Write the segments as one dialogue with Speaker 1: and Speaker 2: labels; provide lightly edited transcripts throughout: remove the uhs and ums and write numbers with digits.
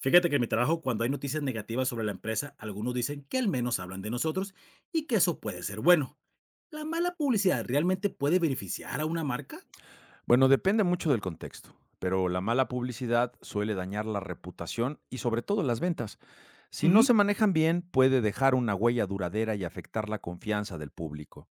Speaker 1: Fíjate que en mi trabajo, cuando hay noticias negativas sobre la empresa, algunos dicen que al menos hablan de nosotros y que eso puede ser bueno. ¿La mala publicidad realmente puede beneficiar a una marca?
Speaker 2: Bueno, depende mucho del contexto, pero la mala publicidad suele dañar la reputación y sobre todo las ventas. Si no se
Speaker 1: Ujú.
Speaker 2: manejan bien, puede dejar una huella duradera y afectar la confianza del público.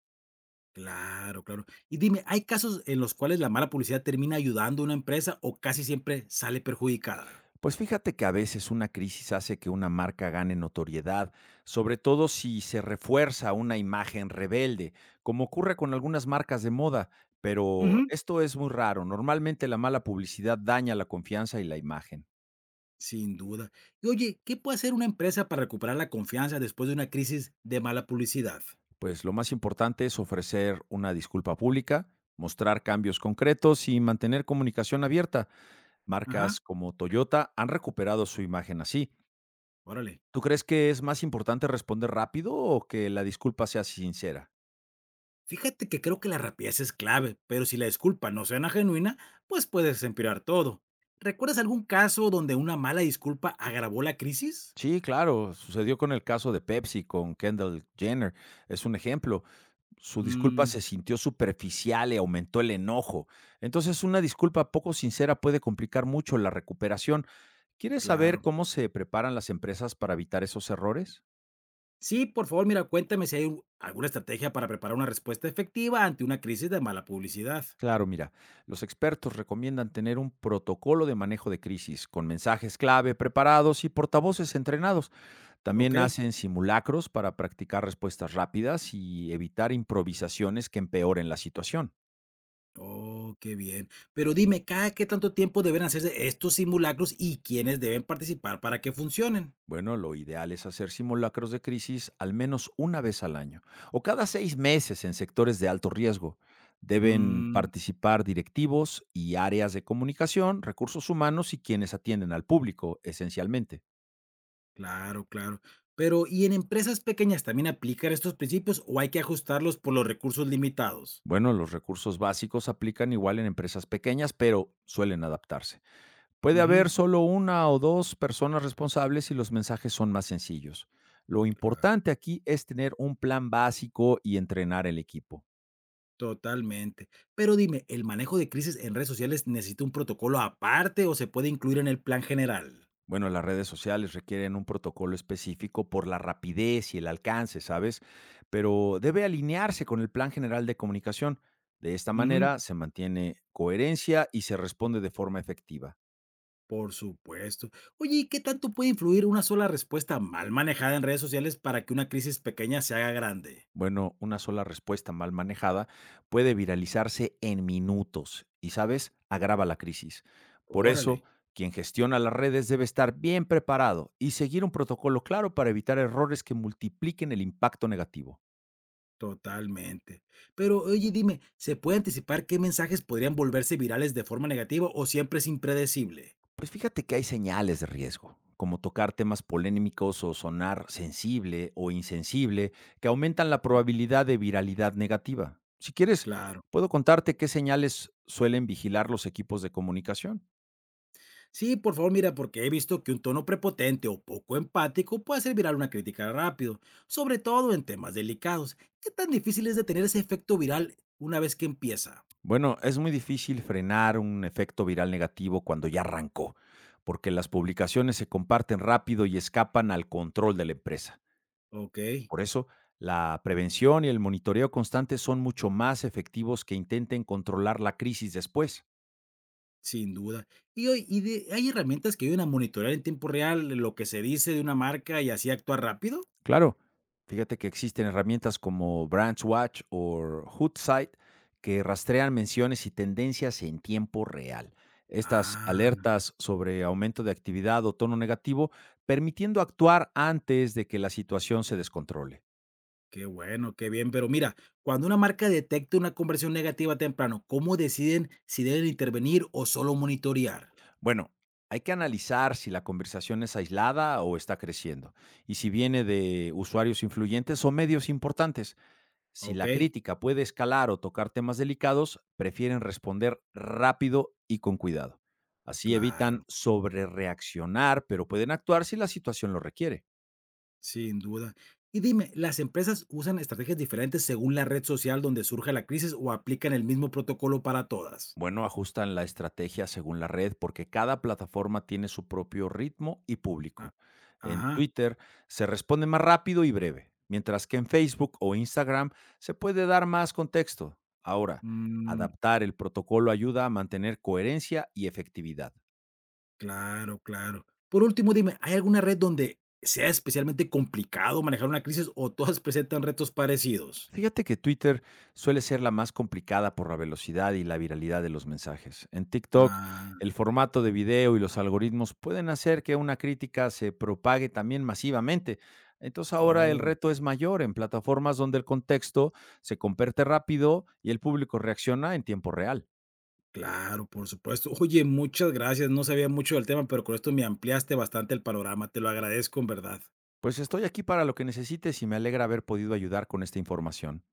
Speaker 1: Claro, claro. Y dime, ¿hay casos en los cuales la mala publicidad termina ayudando a una empresa o casi siempre sale perjudicada?
Speaker 2: Pues fíjate que a veces una crisis hace que una marca gane notoriedad, sobre todo si se refuerza una imagen rebelde, como ocurre con algunas marcas de moda, pero
Speaker 1: Ujú.
Speaker 2: esto es muy raro. Normalmente la mala publicidad daña la confianza y la imagen.
Speaker 1: Sin duda. Y oye, ¿qué puede hacer una empresa para recuperar la confianza después de una crisis de mala publicidad?
Speaker 2: Pues lo más importante es ofrecer una disculpa pública, mostrar cambios concretos y mantener comunicación abierta. Marcas
Speaker 1: Ajá,
Speaker 2: como Toyota han recuperado su imagen así.
Speaker 1: órale.
Speaker 2: ¿Tú crees que es más importante responder rápido o que la disculpa sea sincera?
Speaker 1: Fíjate que creo que la rapidez es clave, pero si la disculpa no suena genuina, pues puedes empeorar todo. ¿Recuerdas algún caso donde una mala disculpa agravó la crisis?
Speaker 2: Sí, claro, sucedió con el caso de Pepsi, con Kendall Jenner, es un ejemplo. Su disculpa
Speaker 1: Mm,
Speaker 2: se sintió superficial y aumentó el enojo. Entonces, una disculpa poco sincera puede complicar mucho la recuperación. ¿Quieres saber
Speaker 1: claro.
Speaker 2: cómo se preparan las empresas para evitar esos errores?
Speaker 1: Sí, por favor, mira, cuéntame si alguna estrategia para preparar una respuesta efectiva ante una crisis de mala publicidad.
Speaker 2: Claro, mira, los expertos recomiendan tener un protocolo de manejo de crisis con mensajes clave preparados y portavoces entrenados.
Speaker 1: Ok.
Speaker 2: También hacen simulacros para practicar respuestas rápidas y evitar improvisaciones que empeoren la situación.
Speaker 1: Oh, qué bien. Pero dime, ¿cada qué tanto tiempo deben hacerse estos simulacros y quiénes deben participar para que funcionen?
Speaker 2: Bueno, lo ideal es hacer simulacros de crisis al menos una vez al año o cada 6 meses en sectores de alto riesgo. Deben
Speaker 1: Mm.
Speaker 2: participar directivos y áreas de comunicación, recursos humanos y quienes atienden al público, esencialmente.
Speaker 1: Claro, claro. Pero, ¿y en empresas pequeñas también aplican estos principios o hay que ajustarlos por los recursos limitados?
Speaker 2: Bueno, los recursos básicos aplican igual en empresas pequeñas, pero suelen adaptarse. Puede
Speaker 1: Ujú.
Speaker 2: haber solo una o dos personas responsables y los mensajes son más sencillos. Lo
Speaker 1: Claro,
Speaker 2: importante aquí es tener un plan básico y entrenar el equipo.
Speaker 1: totalmente. Pero dime, ¿el manejo de crisis en redes sociales necesita un protocolo aparte o se puede incluir en el plan general?
Speaker 2: Bueno, las redes sociales requieren un protocolo específico por la rapidez y el alcance, ¿sabes? Pero debe alinearse con el plan general de comunicación. De esta
Speaker 1: Ujú,
Speaker 2: manera se mantiene coherencia y se responde de forma efectiva.
Speaker 1: por supuesto. Oye, ¿y qué tanto puede influir una sola respuesta mal manejada en redes sociales para que una crisis pequeña se haga grande?
Speaker 2: Bueno, una sola respuesta mal manejada puede viralizarse en minutos y, ¿sabes? Agrava la crisis. Por eso,
Speaker 1: Órale.
Speaker 2: quien gestiona las redes debe estar bien preparado y seguir un protocolo claro para evitar errores que multipliquen el impacto negativo.
Speaker 1: Totalmente. Pero oye, dime, ¿se puede anticipar qué mensajes podrían volverse virales de forma negativa o siempre es impredecible?
Speaker 2: Pues fíjate que hay señales de riesgo, como tocar temas polémicos o sonar sensible o insensible, que aumentan la probabilidad de viralidad negativa. Si quieres,
Speaker 1: Claro.
Speaker 2: puedo contarte qué señales suelen vigilar los equipos de comunicación.
Speaker 1: Sí, por favor, mira, porque he visto que un tono prepotente o poco empático puede hacer viral una crítica rápido, sobre todo en temas delicados. ¿Qué tan difícil es detener ese efecto viral una vez que empieza?
Speaker 2: Bueno, es muy difícil frenar un efecto viral negativo cuando ya arrancó, porque las publicaciones se comparten rápido y escapan al control de la empresa.
Speaker 1: Ok,
Speaker 2: Por eso, la prevención y el monitoreo constante son mucho más efectivos que intenten controlar la crisis después.
Speaker 1: sin duda. Y hoy, ¿hay herramientas que ayudan a monitorear en tiempo real lo que se dice de una marca y así actuar rápido?
Speaker 2: Claro, fíjate que existen herramientas como Branch Watch o Hootsuite que rastrean menciones y tendencias en tiempo real. Estas
Speaker 1: Ah.
Speaker 2: alertas sobre aumento de actividad o tono negativo, permitiendo actuar antes de que la situación se descontrole.
Speaker 1: Qué bueno, qué bien. Pero mira, cuando una marca detecta una conversión negativa temprano, ¿cómo deciden si deben intervenir o solo monitorear?
Speaker 2: Bueno, hay que analizar si la conversación es aislada o está creciendo, y si viene de usuarios influyentes o medios importantes. Si
Speaker 1: ¿Ok?
Speaker 2: la crítica puede escalar o tocar temas delicados, prefieren responder rápido y con cuidado. Así evitan
Speaker 1: Claro,
Speaker 2: sobrereaccionar, pero pueden actuar si la situación lo requiere.
Speaker 1: sin duda. Y dime, ¿las empresas usan estrategias diferentes según la red social donde surge la crisis o aplican el mismo protocolo para todas?
Speaker 2: Bueno, ajustan la estrategia según la red porque cada plataforma tiene su propio ritmo y
Speaker 1: Ah,
Speaker 2: público. En
Speaker 1: ajá.
Speaker 2: Twitter se responde más rápido y breve, mientras que en Facebook o Instagram se puede dar más contexto. Ahora,
Speaker 1: Mm,
Speaker 2: adaptar el protocolo ayuda a mantener coherencia y efectividad.
Speaker 1: claro, claro. Por último, dime, ¿hay alguna red donde sea especialmente complicado manejar una crisis o todas presentan retos parecidos?
Speaker 2: Fíjate que Twitter suele ser la más complicada por la velocidad y la viralidad de los mensajes. En TikTok,
Speaker 1: Ah,
Speaker 2: el formato de video y los algoritmos pueden hacer que una crítica se propague también masivamente. Entonces ahora el
Speaker 1: oh.
Speaker 2: reto es mayor en plataformas donde el contexto se comparte rápido y el público reacciona en tiempo real.
Speaker 1: Claro, por supuesto. Oye, muchas gracias. No sabía mucho del tema, pero con esto me ampliaste bastante el panorama. Te lo agradezco en verdad.
Speaker 2: Pues estoy aquí para lo que necesites y me alegra haber podido ayudar con esta información.